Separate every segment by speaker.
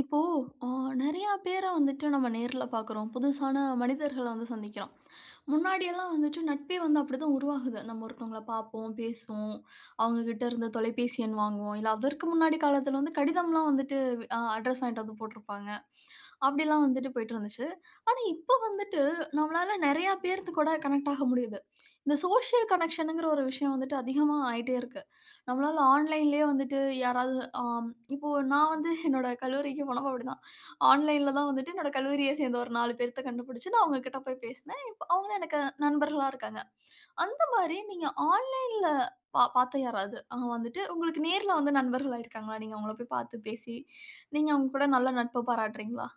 Speaker 1: இப்போ அ நெறையா பேர வந்துட்டு நம்ம நேர்ல பார்க்குறோம். புதுசான மனிதர்கள வந்து சந்திக்கிறோம். முன்னாடியெல்லாம் வந்துட்டு நட்பே வந்து அப்படிதான் உருவாகுது. நம்ம ஒருத்தவங்கள பார்ப்போம், பேசுவோம். அவங்ககிட்ட இருந்த தொலைபேசி எண் வாங்குவோம். இல்ல அதற்கு முன்னாடி காலத்துல வந்து கடிதம்லாம் வந்துட்டு அட்ரஸ் வாங்கிட்டு வந்து போட்டிருப்பாங்க. அப்படிலாம் வந்துட்டு போயிட்டு இருந்துச்சு. ஆனா, இப்ப வந்துட்டு நம்மளால நெறையா பேர்த்து கூட கனெக்ட் ஆக முடியுது. இந்த சோஷியல் கனெக்ஷனுங்கிற ஒரு விஷயம் வந்துட்டு அதிகமா ஆயிட்டே இருக்கு. நம்மளால ஆன்லைன்லயே வந்துட்டு யாராவது இப்போ நான் வந்து என்னோட கல்லூரிக்கு போனப்போ அப்படிதான். ஆன்லைன்ல தான் வந்துட்டு என்னோட கல்லூரிய சேர்ந்த ஒரு 4 பேர்த்த கண்டுபிடிச்சு நான் அவங்க கிட்ட போய் பேசினேன். இப்போ அவங்களும் எனக்கு நண்பர்களா இருக்காங்க. அந்த மாரி நீங்க ஆன்லைன்ல பார்த்த யாராவது அவங்க வந்துட்டு உங்களுக்கு நேர்ல வந்து நண்பர்களா இருக்காங்களா? நீங்க அவங்கள போய் பார்த்து பேசி, நீங்க அவங்க கூட நல்ல நட்பு பாராட்டுறீங்களா?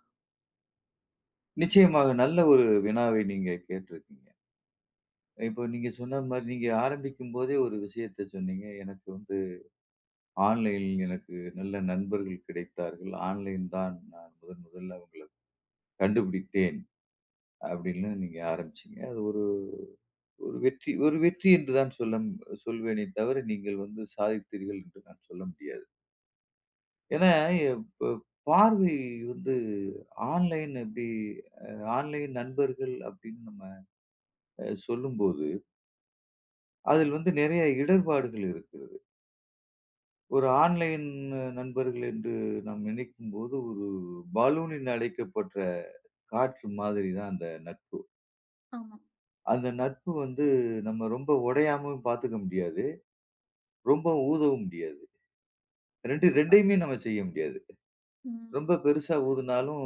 Speaker 2: நிச்சயமாக நல்ல ஒரு வினாவை நீங்க கேட்டிருக்கீங்க. இப்போ நீங்க சொன்ன மாரி நீங்க ஆரம்பிக்கும்போதே ஒரு விஷயத்த சொன்னீங்க. எனக்கு வந்து ஆன்லைனில் எனக்கு நல்ல நண்பர்கள் கிடைத்தார்கள். ஆன்லைன் தான் நான் முதன் முதல்ல அவங்கள கண்டுபிடித்தேன் அப்படின்னு நீங்க ஆரம்பிச்சீங்க. அது ஒரு ஒரு வெற்றி, ஒரு வெற்றி என்று தான் சொல்வேனே தவிர நீங்கள் வந்து சாதித்தீர்கள் என்று நான் சொல்ல முடியாது. ஏன்னா இப்ப பார்வை வந்து ஆன்லைன் அப்படி ஆன்லைன் நண்பர்கள் அப்படின்னு நம்ம சொல்லும்போது அதில் வந்து நிறைய இடர்பாடுகள் இருக்கிறது. ஒரு ஆன்லைன் நண்பர்கள் என்று நாம் நினைக்கும்போது, ஒரு பலூனின் அடைக்கப்பட்ட காற்று மாதிரி தான் அந்த நட்பு.
Speaker 1: ஆமா.
Speaker 2: அந்த நட்பு வந்து நம்ம ரொம்ப உடையாமயும் பார்த்துக்க முடியாது. ரொம்ப ஊதவும் முடியாது. 2
Speaker 1: கண்டிப்பா.
Speaker 2: 2யுமே நம்ம செய்ய முடியாது. ரொம்ப
Speaker 1: ம்.
Speaker 2: பெருசா ஊதுனாலும்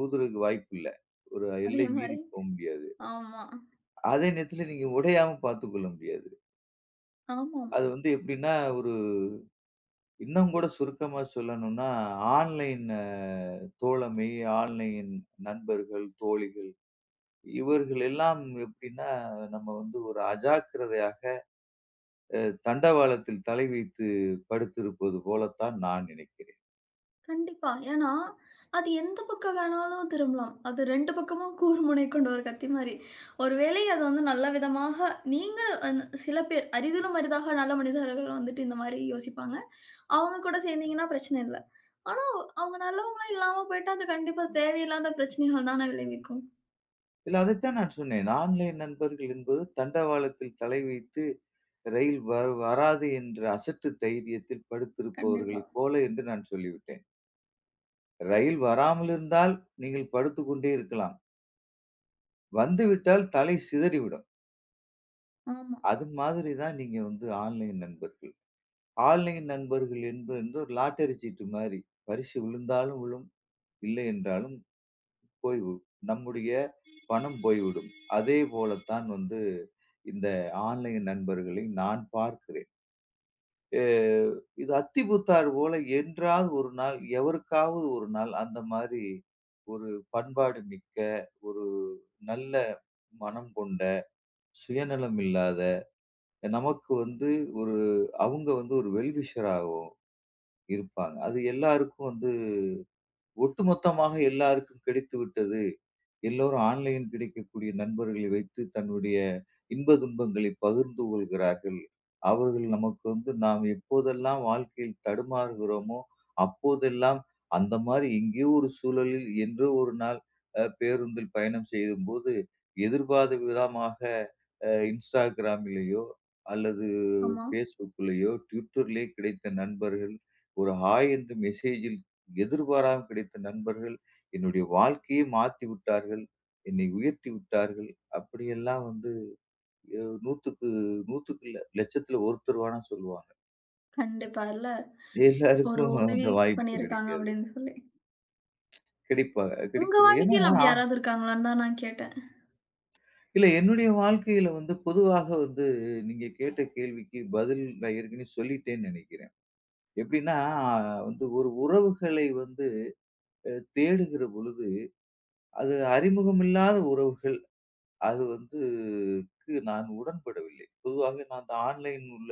Speaker 2: ஊதுறதுக்கு வாய்ப்பு இல்ல. ஒரு
Speaker 1: அதே
Speaker 2: எல்லை மீறி
Speaker 1: மாரி
Speaker 2: போ முடியாது.
Speaker 1: ஆமா.
Speaker 2: அதே நேரத்தில நீங்க உடையாம பார்த்துக்கொள்ள முடியாது.
Speaker 1: ஆமா.
Speaker 2: அது வந்து எப்படின்னா ஒரு இன்னும் கூட சுருக்கமா சொல்லணும்னா, ஆன்லைன் தோழமை, ஆன்லைன் நண்பர்கள், தோழிகள் இவர்கள் எல்லாம் எப்படின்னா, நம்ம வந்து ஒரு அஜாக்கிரதையாக அ தண்டவாளத்தில் தலை வைத்து படுத்திருப்பது போலத்தான் நான் நினைக்கிறேன்.
Speaker 1: கண்டிப்பா. ஏன்னா, அது எந்த பக்கம் வேணாலும் திரும்பலாம். அது 2 பக்கமும் கூர் முனை கொண்ட ஒரு கத்தி மாரி. ஒரு வேளை அது வந்து நல்ல விதமாக நீங்க அந்த சில பேர் அரிதிலும் அரிதாக நல்ல மனிதர்கள் வந்துட்டு இந்த மாரி யோசிப்பாங்க. அவங்க கூட சேர்ந்தீங்கன்னா பிரச்சனை இல்ல. ஆனா, அவங்க நல்லவங்களா இல்லாம போயிட்டா, அது கண்டிப்பா தேவையில்லாத பிரச்சனைகள் தானே விளைவிக்கும்.
Speaker 2: இல்ல அதைத்தான் நான் சொன்னேன். ஆன்லைன் நண்பர்கள் என்பது தண்டவாளத்தில் தலை வைத்து ரயில் வ வராது என்ற அசட்டு தைரியத்தில்
Speaker 1: கண்டிப்பா.
Speaker 2: படுத்திருப்பவர்களைப் போல என்று நான் சொல்லிவிட்டேன். ரயில் வராமல் இருந்தால் நீங்கள் படுத்துக் கொண்டே இருக்கலாம். வந்துவிட்டால் தலை சிதறிவிடும்.
Speaker 1: ஆமா,
Speaker 2: அது மாதிரி தான் நீங்க வந்து ஆன்லைன் நண்பர்கள். ஆன்லைன் நண்பர்கள் என்பது வந்து ஒரு லாட்டரி சீட்டு மாரி. பரிசு விழுந்தாலும் விழும், இல்லை என்றாலும் போய்விடும். நம்முடைய பணம் போய்விடும். அதே போலத்தான் வந்து இந்த ஆன்லைன் நண்பர்களை நான் பார்க்கிறேன். அ இது அத்திபுத்தார் போல என்றாவது ஒரு நாள், எவருக்காவது ஒரு நாள் அந்த மாரி ஒரு பண்பாடு மிக்க, ஒரு நல்ல மனம் கொண்ட, சுயநலம் இல்லாத நமக்கு வந்து ஒரு அவங்க வந்து ஒரு வெல் விஷராகவும் இருப்பாங்க. அது எல்லாருக்கும் வந்து ஒட்டுமொத்தமாக எல்லாருக்கும் கிடைத்து விட்டது. எல்லோரும் ஆன்லைன் கிடைக்கக்கூடிய நண்பர்களை வைத்து தன்னுடைய இன்ப துன்பங்களை பகிர்ந்து கொள்கிறார்கள். அவர்கள் நமக்கு வந்து நாம் எப்போதெல்லாம் வாழ்க்கையில் தடுமாறுகிறோமோ, அப்போதெல்லாம் அந்த மாரி எங்கேயோ ஒரு சூழலில் என்றோ ஒரு நாள் பேருந்தில் பயணம் செய்யும்போது, எதிர்பாத விதமாக Instagramலயோ அல்லது
Speaker 1: ஆமா.
Speaker 2: Facebookலயோ, Twitterலயோ கிடைத்த நண்பர்கள், ஒரு ஹாய் என்ற மெசேஜில் எதிர்பாராமல் கிடைத்த நண்பர்கள் என்னுடைய வாழ்க்கையே மாத்தி விட்டார்கள். என்னை உயர்த்தி விட்டார்கள். அப்படியெல்லாம் வந்து அ 100க்கு 100க்கு இல்ல, லட்சத்துல ஒருத்தர் வேணா சொல்லுவாங்க.
Speaker 1: கண்டிப்பா இல்ல. ஒரு
Speaker 2: எல்லாருக்கும் அந்த
Speaker 1: உதவி
Speaker 2: வாய்ப்பு
Speaker 1: பண்ணியிருக்காங்க
Speaker 2: கிடைக்காது.
Speaker 1: அப்படின்னு சொல்லி.
Speaker 2: கிடைப்பா
Speaker 1: உங்க
Speaker 2: கிடைக்கல. ஏன்னா
Speaker 1: வாழ்க்கையில அப்படி
Speaker 2: ஆ-
Speaker 1: யாராவது இருக்காங்களான்னு தான் நான் கேட்டேன்.
Speaker 2: இல்ல என்னுடைய வாழ்க்கையில வந்து பொதுவாக வந்து நீங்க கேட்ட கேள்விக்கு பதில் நான் ஏற்கனவே சொல்லிட்டேன்னு நெனைக்கிறேன். எப்படின்னா வந்து ஒரு உறவுகளை வந்து அ தேடுகிற பொழுது, அது அறிமுகம் இல்லாத உறவுகள், அது வந்து க்கு நான் உடன்படவில்லை. பொதுவாக நான் அந்த ஆன்லைன் உள்ள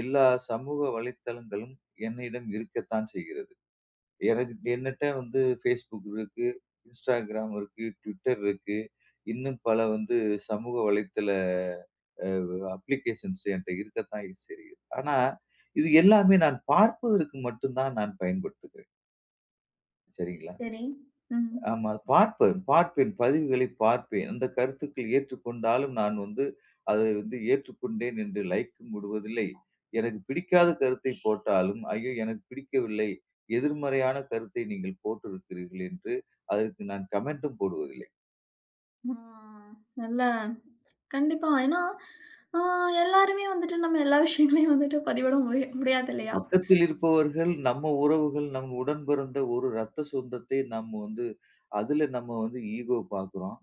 Speaker 2: எல்லா சமூக வலைத்தளங்களும் என்னிடம் இருக்கத்தான் செய்கிறது. எனக்கு என்னட்ட வந்து Facebook இருக்கு, Instagram இருக்கு, Twitter இருக்கு. இன்னும் பல வந்து சமூக வலைத்தள அ அப்ளிகேஷன்ஸ் என்ட்ட இருக்கத்தான் செய்கிறது. ஆனா, இது எல்லாமே நான் பார்ப்பதற்கு மட்டும் தான் நான் பயன்படுத்துகிறேன். சரிங்களா?
Speaker 1: சரி. ம்.
Speaker 2: ஆமா. பார்ப்பேன். பதிவுகளை பார்ப்பேன். அந்த கருத்துக்கள் ஏற்றுக்கொண்டாலும் நான் வந்து, அதை வந்து ஏற்றுக்கொண்டேன் என்று லைக்கும் விடுவதில்லை. எனக்கு பிடிக்காத கருத்தை போட்டாலும், ஐயோ! எனக்கு பிடிக்கவில்லை. எதிர்மறையான கருத்தை நீங்கள் போட்டிருக்கிறீர்கள் என்று அதற்கு நான் கமெண்ட்டும் போடுவதில்லை.
Speaker 1: ஆ. நல்ல கண்டிப்பா. ஏன்னா, ஆ எல்லாருமே வந்துட்டு நம்ம எல்லா விஷயங்களையும் வந்துட்டு பதிவிட முடியாது இல்லையா?
Speaker 2: பக்கத்தில் இருப்பவர்கள், நம்ம உறவுகள், நம் உடன் பிறந்த ஒரு ரத்த சொந்தத்தை நம்ம வந்து, அதில நம்ம வந்து ஈகோ பார்க்கிறோம்.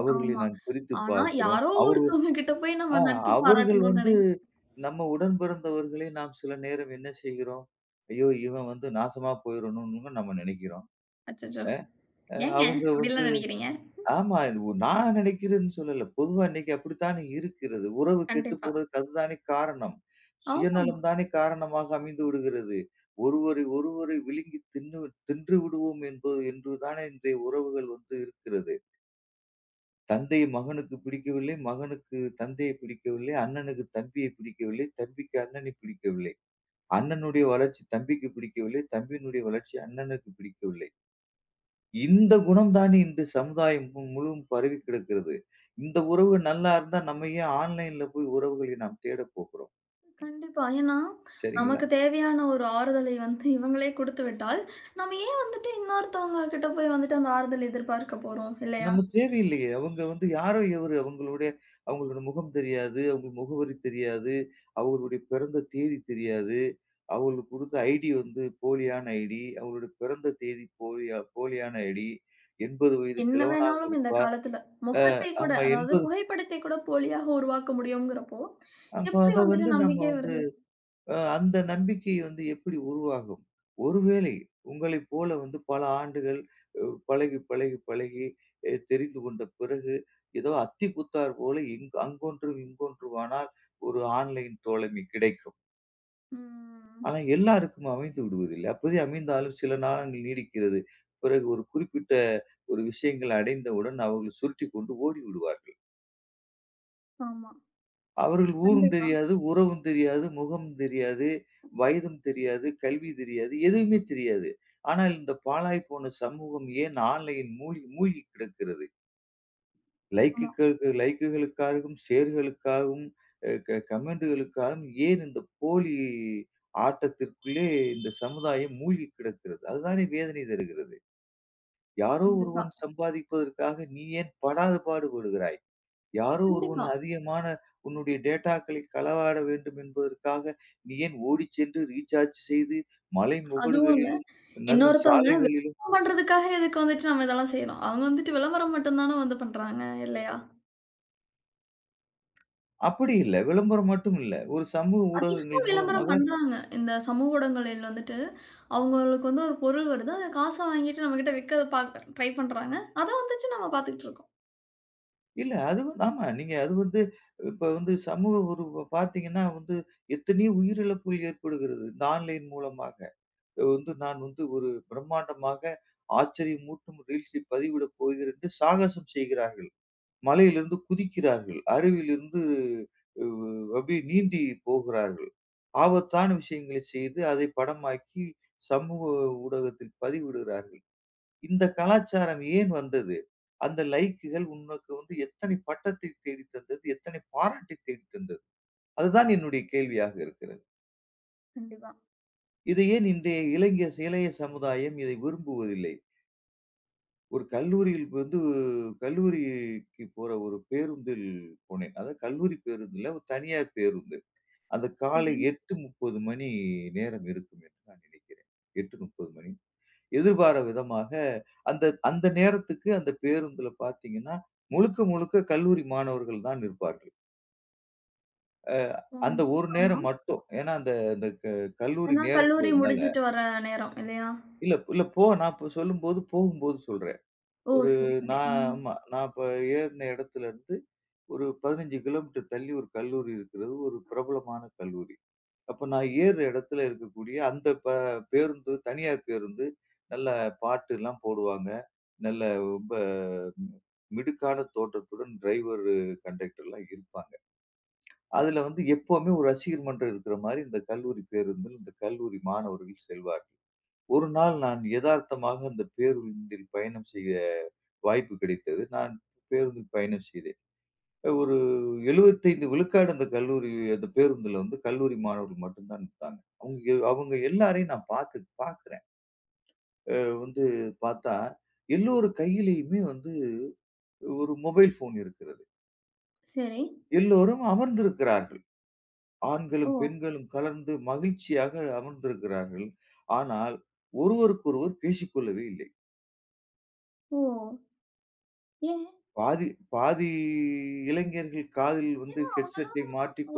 Speaker 2: அவர்களை
Speaker 1: ஆமா.
Speaker 2: நாம் பிரித்து
Speaker 1: ஆனா,
Speaker 2: பார்க்கிறோம்.
Speaker 1: யாரோ ஒருத்தவங்க கிட்ட போய்
Speaker 2: ஆ
Speaker 1: நம்ம நட்பு
Speaker 2: அவர்கள்
Speaker 1: பாராட்டணும்னு
Speaker 2: வந்து நம்ம உடன் பிறந்தவர்களே நாம் சில நேரம் என்ன செய்கிறோம்? ஐயோ! இவன் வந்து நாசமா போயிரணும்னு நம்ம நினைக்கிறோம்.
Speaker 1: அச்சச்சோ! ஏங்க
Speaker 2: அவங்க வந்து
Speaker 1: அப்படிலாம் நினைக்கிறீங்க?
Speaker 2: ஆமா. நான் நினைக்கிறேன்னு சொல்லல. பொதுவா இன்னைக்கு அப்படித்தானே இருக்கிறது. உறவு கெட்டுப்
Speaker 1: கண்டிப்பா.
Speaker 2: போறதுக்கு அதுதானே காரணம்.
Speaker 1: ஆமாமா.
Speaker 2: சுயநலம் தானே காரணமாக அமைந்து விடுகிறது. ஒருவரை ஒருவரை விழுங்கித் தின்னு தின்று விடுவோம் என்பது என்று தானே இன்றைய உறவுகள் வந்து இருக்கிறது. தந்தை மகனுக்கு பிடிக்கவில்லை. மகனுக்கு தந்தையை பிடிக்கவில்லை. அண்ணனுக்கு தம்பியை பிடிக்கவில்லை. தம்பிக்கு அண்ணனை பிடிக்கவில்லை. அண்ணனுடைய வளர்ச்சி தம்பிக்கு பிடிக்கவில்லை. தம்பியினுடைய வளர்ச்சி அண்ணனுக்கு பிடிக்கவில்லை. இந்த குணம் தானே இந்த சமுதாயம் முழுவதும் பரவி கிடக்கிறது. இந்த உறவு நல்லா இருந்தா நம்ம ஏன் ஆன்லைன்ல போய் உறவுகளை நாம் தேடப் போகிறோம்?
Speaker 1: கண்டிப்பா. ஏன்னா,
Speaker 2: சரிங்களா?
Speaker 1: நமக்கு தேவையான ஒரு ஆறுதலை வந்து இவங்களே குடுத்து விட்டால், நம்ம ஏன் வந்துட்டு இன்னொருத்தவங்க கிட்ட போய் வந்துட்டு அந்த ஆறுதல் எதிர்பார்க்க போறோம் இல்லையா?
Speaker 2: நம்ம தேவையில்லையே. அவங்க வந்து யாரோ எவரு? அவங்களுடைய அவங்களோட முகம் தெரியாது. அவங்க முகவரி தெரியாது. அவங்களுடைய பிறந்த தேதி தெரியாது. அவங்களுக்கு கொடுத்த ஐடி வந்து போலியான ஐடி. அவங்களுடைய பிறந்த தேதி போலியான ஐடி. 80 வயது
Speaker 1: என்ன
Speaker 2: கிழவனாக
Speaker 1: வேணாலும் இந்த
Speaker 2: இருப்பார்.
Speaker 1: காலத்துல முகத்தை கூட
Speaker 2: ஆமா
Speaker 1: அதாவது
Speaker 2: 80
Speaker 1: புகைப்படத்தை கூட போலியாக உருவாக்க முடியும்ங்கிறப்போ,
Speaker 2: அப்ப
Speaker 1: எப்படி
Speaker 2: அத
Speaker 1: வந்துட்டு
Speaker 2: வந்து நம்ம
Speaker 1: நம்பிக்கை
Speaker 2: வந்து
Speaker 1: வருது?
Speaker 2: அந்த நம்பிக்கை வந்து எப்படி உருவாகும்? ஒருவேளை உங்களைப் போல வந்து பல ஆண்டுகள் பழகி தெரிந்து கொண்ட பிறகு, ஏதோ அத்திப்பூத்தார் போல இங்கு அங்கொன்றும், இங்கொன்றுமானால் ஒரு ஆன்லைன் தோழமை கிடைக்கும்.
Speaker 1: ம்.
Speaker 2: ஆனா எல்லாருக்கும் அமைந்து விடுவதில்லை. அப்போதே அமைந்தாலும் சில நாளங்கள் நீடிக்கிறது. பிறகு ஒரு குறிப்பிட்ட ஒரு விஷயங்கள் அடைந்தவுடன் அவர்கள் சுருட்டிக் கொண்டு ஓடிவிடுவார்கள்.
Speaker 1: ஆமா.
Speaker 2: அவர்கள் ஊரும்
Speaker 1: கண்டிப்பா.
Speaker 2: தெரியாது, உறவும் தெரியாது, முகம் தெரியாது, வயதும் தெரியாது, கல்வி தெரியாது, எதுவுமே தெரியாது. ஆனால் இந்த பாழாய் போன சமூகம் ஏன் ஆன்லைனில் மூழ்கி மூழ்கி கிடக்கிறது.
Speaker 1: ஆமா.
Speaker 2: லைக்குகளுக்காகவும், ஷேர்களுக்காகவும், அ க கமெண்டுகளுக்காகவும் ஏன் இந்த போலி ஆட்டத்திற்குள்ளே இந்த சமுதாயம் மூழ்கி கிடக்கிறது. அதுதானே வேதனை தருகிறது. யாரோ
Speaker 1: கண்டிப்பா.
Speaker 2: ஒருவன் சம்பாதிப்பதற்காக நீ ஏன் படாத பாடுபடுகிறாய்? யாரோ ஒருவன்
Speaker 1: கண்டிப்பா.
Speaker 2: அதிகமான உன்னுடைய டேட்டாக்களை களவாட வேண்டும் என்பதற்காக நீ ஏன் ஓடிச் சென்று ரீசார்ஜ் செய்து மலை
Speaker 1: அதுவும் இல்ல.
Speaker 2: முகடுகளிலும், நல்ல
Speaker 1: இன்னொருத்தவங்க
Speaker 2: சாலைகளிலும்
Speaker 1: விளம்பரம் பண்றதுக்காக எதுக்கு வந்துட்டு நம்ம இதெல்லாம் செய்றோம்? அவங்க வந்துட்டு விளம்பரம் மட்டும் தான வந்து பண்றாங்க, இல்லையா?
Speaker 2: அப்படி இல்ல. விளம்பரம் மட்டும் இல்ல. ஒரு சமூக
Speaker 1: அதிகமா
Speaker 2: ஊடகங்கள்
Speaker 1: விளம்பரம்
Speaker 2: மூலமாக
Speaker 1: பண்றாங்க. இந்த சமூக ஊடகங்களில் வந்துட்டு, அவங்களுக்கு வந்து ஒரு பொருள் வருது. அத காச வாங்கிட்டு நம்மகிட்ட விக்க பாக்க ட்ரை பண்றாங்க. அத வந்துச்சு நம்ம பாத்துக்கிட்டு இருக்கோம்.
Speaker 2: இல்ல அது வந்து ஆமா. நீங்க அது வந்து இப்ப வந்து சமூக ஒரு பார்த்தீங்கன்னா வந்து எத்தனையோ உயிரிழப்புகள் ஏற்படுகிறது. இந்த ஆன்லைன் மூலமாக. இது வந்து நான் வந்து ஒரு பிரம்மாண்டமாக ஆச்சரியமூட்டும் ரீல்ஸை பதிவிடப் போகிறேன் என்று சாகசம் செய்கிறார்கள். மலையிலிருந்து குதிக்கிறார்கள். அருவியிலிருந்து உ அப்படியே நீந்தி போகிறார்கள். ஆபத்தான விஷயங்களை செய்து அதை படமாக்கி சமூக ஊடகத்தில் பதிவிடுகிறார்கள். இந்த கலாச்சாரம் ஏன் வந்தது? அந்த லைக்குகள் உனக்கு வந்து எத்தனை பட்டத்தை தேடித் தந்தது? எத்தனை பாராட்டை தேடித் தந்தது? அதுதான் என்னுடைய கேள்வியாக இருக்கிறது.
Speaker 1: கண்டிப்பா.
Speaker 2: இதை ஏன் இன்றைய இளைய சமுதாயம் இதை விரும்புவதில்லை? ஒரு கல்லூரியில் வந்து கல்லூரிக்கு போற ஒரு பேருந்தில் போனேன். அதாவது கல்லூரி பேருந்து இல்ல, ஒரு தனியார் பேருந்து. அந்த காலை
Speaker 1: சரி.
Speaker 2: 8:30 மணி நேரம் இருக்கும் என்று நான் நினைக்கிறேன். 8:30 மணி. எதிர்பாரா விதமாக அந்த அந்த நேரத்துக்கு அந்த பேருந்துல பார்த்தீங்கன்னா, முழுக்க முழுக்க கல்லூரி மாணவர்கள் தான் இருப்பார்கள். அ அந்த
Speaker 1: ம்.
Speaker 2: ஒரு
Speaker 1: ஆமா.
Speaker 2: நேரம் மட்டும். ஏன்னா, அந்த அந்த க கல்லூரி
Speaker 1: ஏன்னா கல்லூரி
Speaker 2: நேரங்கிறதுனால
Speaker 1: முடிஞ்சுட்டு வர நேரம், இல்லையா?
Speaker 2: இல்ல இல்ல போ நான் இப்ப சொல்லும்போது போகும்போது சொல்றேன்.
Speaker 1: ஓ!
Speaker 2: ஒரு
Speaker 1: சரி, சரி.
Speaker 2: நான்
Speaker 1: ம்.
Speaker 2: ஆமா. நான் இப்ப ஏறுன இடத்துல இருந்து ஒரு 15 கிலோமீட்டர் தள்ளி ஒரு கல்லூரி இருக்கிறது. ஒரு பிரபலமான கல்லூரி. அப்ப நான் ஏறுற இடத்துல இருக்கக்கூடிய அந்த பேருந்து தனியார் பேருந்து நல்ல பாட்டுலாம் போடுவாங்க. நல்ல ரொம்ப மிடுக்கான தோற்றத்துடன் டிரைவர், கண்டக்டர்லாம் இருப்பாங்க. அதுல வந்து எப்பவுமே ஒரு ரசிகர் மன்றம் இருக்கிற மாரி இந்த கல்லூரி பேருந்தில் இந்த கல்லூரி மாணவர்கள் செல்வார்கள். ஒரு நாள் நான் எதார்த்தமாக அந்த பேருந்தில் பயணம் செய்ய வாய்ப்பு கிடைத்தது. நான் பேருந்தில் பயணம் செய்தேன். ஒரு 75 விழுக்காடு அந்த கல்லூரி அந்த பேருந்துல வந்து கல்லூரி மாணவர்கள் மட்டும் தான் நிப்பாங்க. அவங்க அவங்க எல்லாரையும் நான் பாக்குறேன். வந்து பாத்தா, எல்லோர் கையிலயுமே வந்து ஒரு மொபைல் ஃபோன் இருக்கிறது.
Speaker 1: சரி.
Speaker 2: எல்லோரும் அமர்ந்திருக்கிறார்கள். ஆண்களும்,
Speaker 1: ஓ!
Speaker 2: பெண்களும் கலந்து மகிழ்ச்சியாக அமர்ந்திருக்கிறார்கள். ஆனால் ஒருவருக்கொருவர் பேசிக்கொள்ளவே இல்லை.
Speaker 1: ஓ! ஏன்?
Speaker 2: பாதி பாதி இளைஞர்கள் காதில் வந்து
Speaker 1: ஏன்னா, அவங்கலாம்
Speaker 2: ஹெட்செட்டை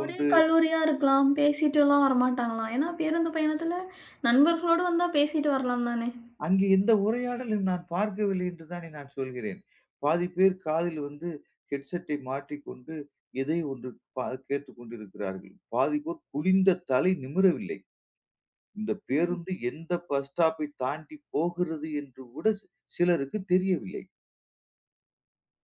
Speaker 1: ஒரே கல்லூரியா இருக்கலாம். பேசிட்டுலாம் வரமாட்டாங்களாம். ஏன்னா, பேருந்து பயணத்துல நண்பர்களோட வந்தா பேசிட்டு வரலாம் தானே!
Speaker 2: அங்கு எந்த உரையாடலும் நான் பார்க்கவில்லை என்று தானே நான் சொல்கிறேன். பாதி பேர் காதில் வந்து ஹெட்செட்டை மாட்டிக்கொண்டு எதை ஒன்று பா கேட்டுக் கொண்டிருக்கிறார்கள். பாதி பேர் குனிந்த தலை நிமிரவில்லை. இந்த
Speaker 1: ம்.
Speaker 2: பேருந்து எந்த பஸ் ஸ்டாப்பை தாண்டி போகிறது என்று கூட சிலருக்கு தெரியவில்லை.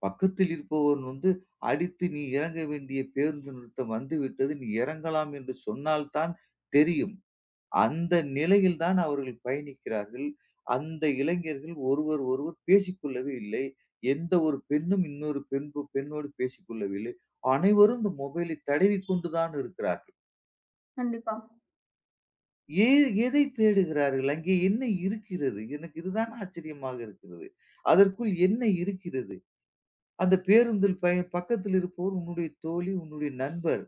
Speaker 2: பக்கத்தில் இருப்பவன் வந்து அடித்து, "நீ இறங்க வேண்டிய பேருந்து நிறுத்தம் வந்துவிட்டது. நீ இறங்கலாம்" என்று சொன்னால் தான் தெரியும். அந்த நிலையில் தான் அவர்கள் பயணிக்கிறார்கள். அந்த இளைஞர்கள் ஒருவர் ஒருவர் பேசிக்கொள்ளவே இல்லை. எந்த ஒரு பெண்ணும் இன்னொரு பெண்ணோடு பேசிக்கொள்ளவில்லை. அனைவரும் இந்த மொபைலை தடவிக் கொண்டு தான் இருக்கிறார்கள்.
Speaker 1: கண்டிப்பா,
Speaker 2: ஏ எதை தேடுகிறார்கள்? அங்கே என்ன இருக்கிறது? எனக்கு இதுதான் ஆச்சரியமாக இருக்கிறது. அதற்குள் என்ன இருக்கிறது? அந்த பேருந்தில் பக்கத்தில் இருப்பவர் உன்னுடைய தோழி, உன்னுடைய நண்பர்.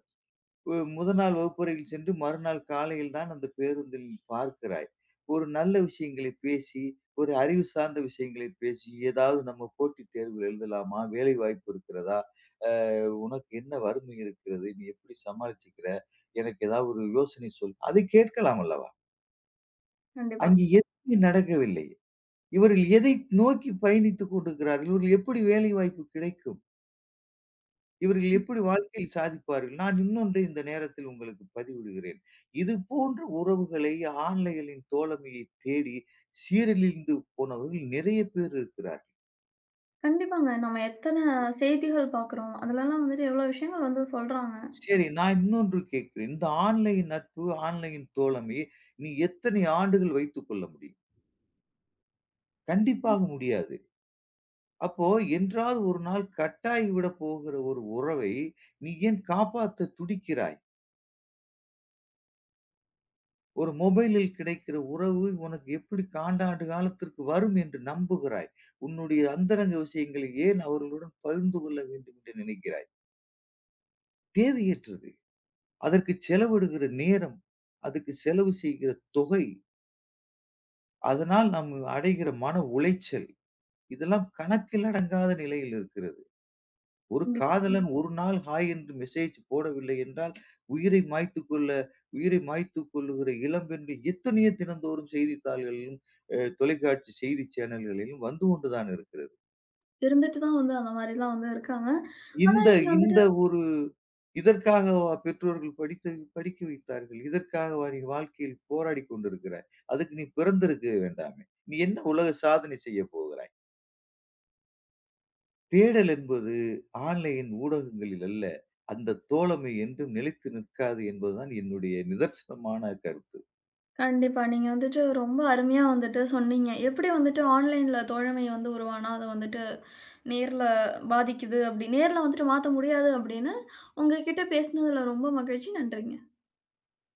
Speaker 2: முதல் நாள் வகுப்பறையில் சென்று மறுநாள் காலையில் தான் அந்த பேருந்தில் பார்க்கிறாய். ஒரு நல்ல விஷயங்களை பேசி, ஒரு அறிவு சார்ந்த விஷயங்களை பேசி, ஏதாவது நம்ம போட்டித் தேர்வில் எழுதலாமா? வேலை வாய்ப்பு இருக்கிறதா? உனக்கு என்ன வறுமை இருக்கிறது? நீ எப்படி சமாளிச்சுக்கிற? எனக்கு ஏதாவது ஒரு யோசனை சொல். அதை கேட்கலாம் அல்லவா?
Speaker 1: கண்டிப்பா.
Speaker 2: அங்கே எதுவுமே நடக்கவில்லை. இவர்கள் எதை நோக்கி பயணித்துக் கொண்டிருக்கிறார்கள்? இவர்கள் எப்படி வேலை வாய்ப்பு கிடைக்கும்? இவர்கள் எப்படி வாழ்க்கையில் சாதிப்பார்கள்? நான் இன்னொன்றை இந்த நேரத்தில் உங்களுக்கு பதிவிடுகிறேன். இது போன்ற உறவுகளை ஆன்லைனின் தோழமையை தேடி சீரழிந்து போனவர்கள் நிறைய பேர் இருக்கிறார்.
Speaker 1: கண்டிப்பாங்க. நம்ம எத்தன செய்திகள் பார்க்குறோம். அதுலலாம் வந்துட்டு எவ்ளோ விஷயங்கள் வந்து சொல்றாங்க.
Speaker 2: சரி நான் இன்னொன்று கேட்கிறேன். இந்த ஆன்லைன் நட்பு, ஆன்லைன் தோழமை நீ எத்தனை ஆண்டுகள் வைத்துக் கொள்ள முடியும்? கண்டிப்பாக முடியாது. அப்போ என்றாவது ஒரு நாள் கட்டாகி விடப் போகிற ஒரு உறவை, நீ ஏன் காப்பாத்தத் துடிக்கிறாய்? ஒரு மொபைலில் கிடைக்கிற உறவு உனக்கு எப்படி காண்டாண்டு காலத்திற்கு வரும் என்று நம்புகிறாய்? உன்னுடைய அந்தரங்க விஷயங்களை ஏன் அவர்களுடன் பகிர்ந்து கொள்ள வேண்டும் என்று நினைக்கிறாய்? தேவையற்றது. அதற்கு செலவிடுகிற நேரம், அதுக்கு செலவு செய்கிற தொகை, அதனால் நாம் அடைகிற மன உளைச்சல், இதெல்லாம் கணக்கில் அடங்காத நிலையில் இருக்கிறது. ஒரு ம்.
Speaker 1: கண்டிப்பா.
Speaker 2: காதலன் ஒரு நாள் ஹாய் என்று மெசேஜ் போடவில்லை என்றால், உயிரை மாய்த்துக் கொள்ள உயிரை மாய்த்துக் கொள்ளுகிற இளம்பெண்கள் எத்தனையோ தினந்தோறும் செய்தித்தாள்களிலும், தொலைக்காட்சி செய்தி சேனல்களிலும் வந்து கொண்டு தான் இருக்கிறது.
Speaker 1: இருந்துட்டு தான் வந்து அந்த மாரிலாம் வந்து இருக்காங்க.
Speaker 2: இந்த
Speaker 1: நீங்க
Speaker 2: இந்த
Speaker 1: வந்துட்டு
Speaker 2: ஒரு இதற்காகவா பெற்றோர்கள் படிக்க வைத்தார்கள்? இதற்காகவா நீ வாழ்க்கையில் போராடிக் கொண்டிருக்கிறாய்? அதுக்கு நீ பிறந்திருக்க வேண்டாமே! நீ என்ன உலக சாதனை செய்ய போகிறாய்? தேடல் என்பது ஆன்லைன் ஊடகங்களில் அல்ல. அந்த தோழமை என்றும் நிலைத்து நிற்காது என்பதுதான் என்னுடைய நிதர்சனமான கருத்து.
Speaker 1: கண்டிப்பா. நீங்க வந்துட்டு ரொம்ப அருமையா வந்துட்டு சொன்னீங்க. எப்படி வந்துட்டு ஆன்லைன்ல தோழமை வந்து உருவானா, அது வந்துட்டு நேர்ல பாதிக்குது அப்படி நேர்ல வந்துட்டு மாத்த முடியாது அப்படின்னு, உங்க கிட்ட பேசினதுல ரொம்ப மகிழ்ச்சி. நன்றிங்க.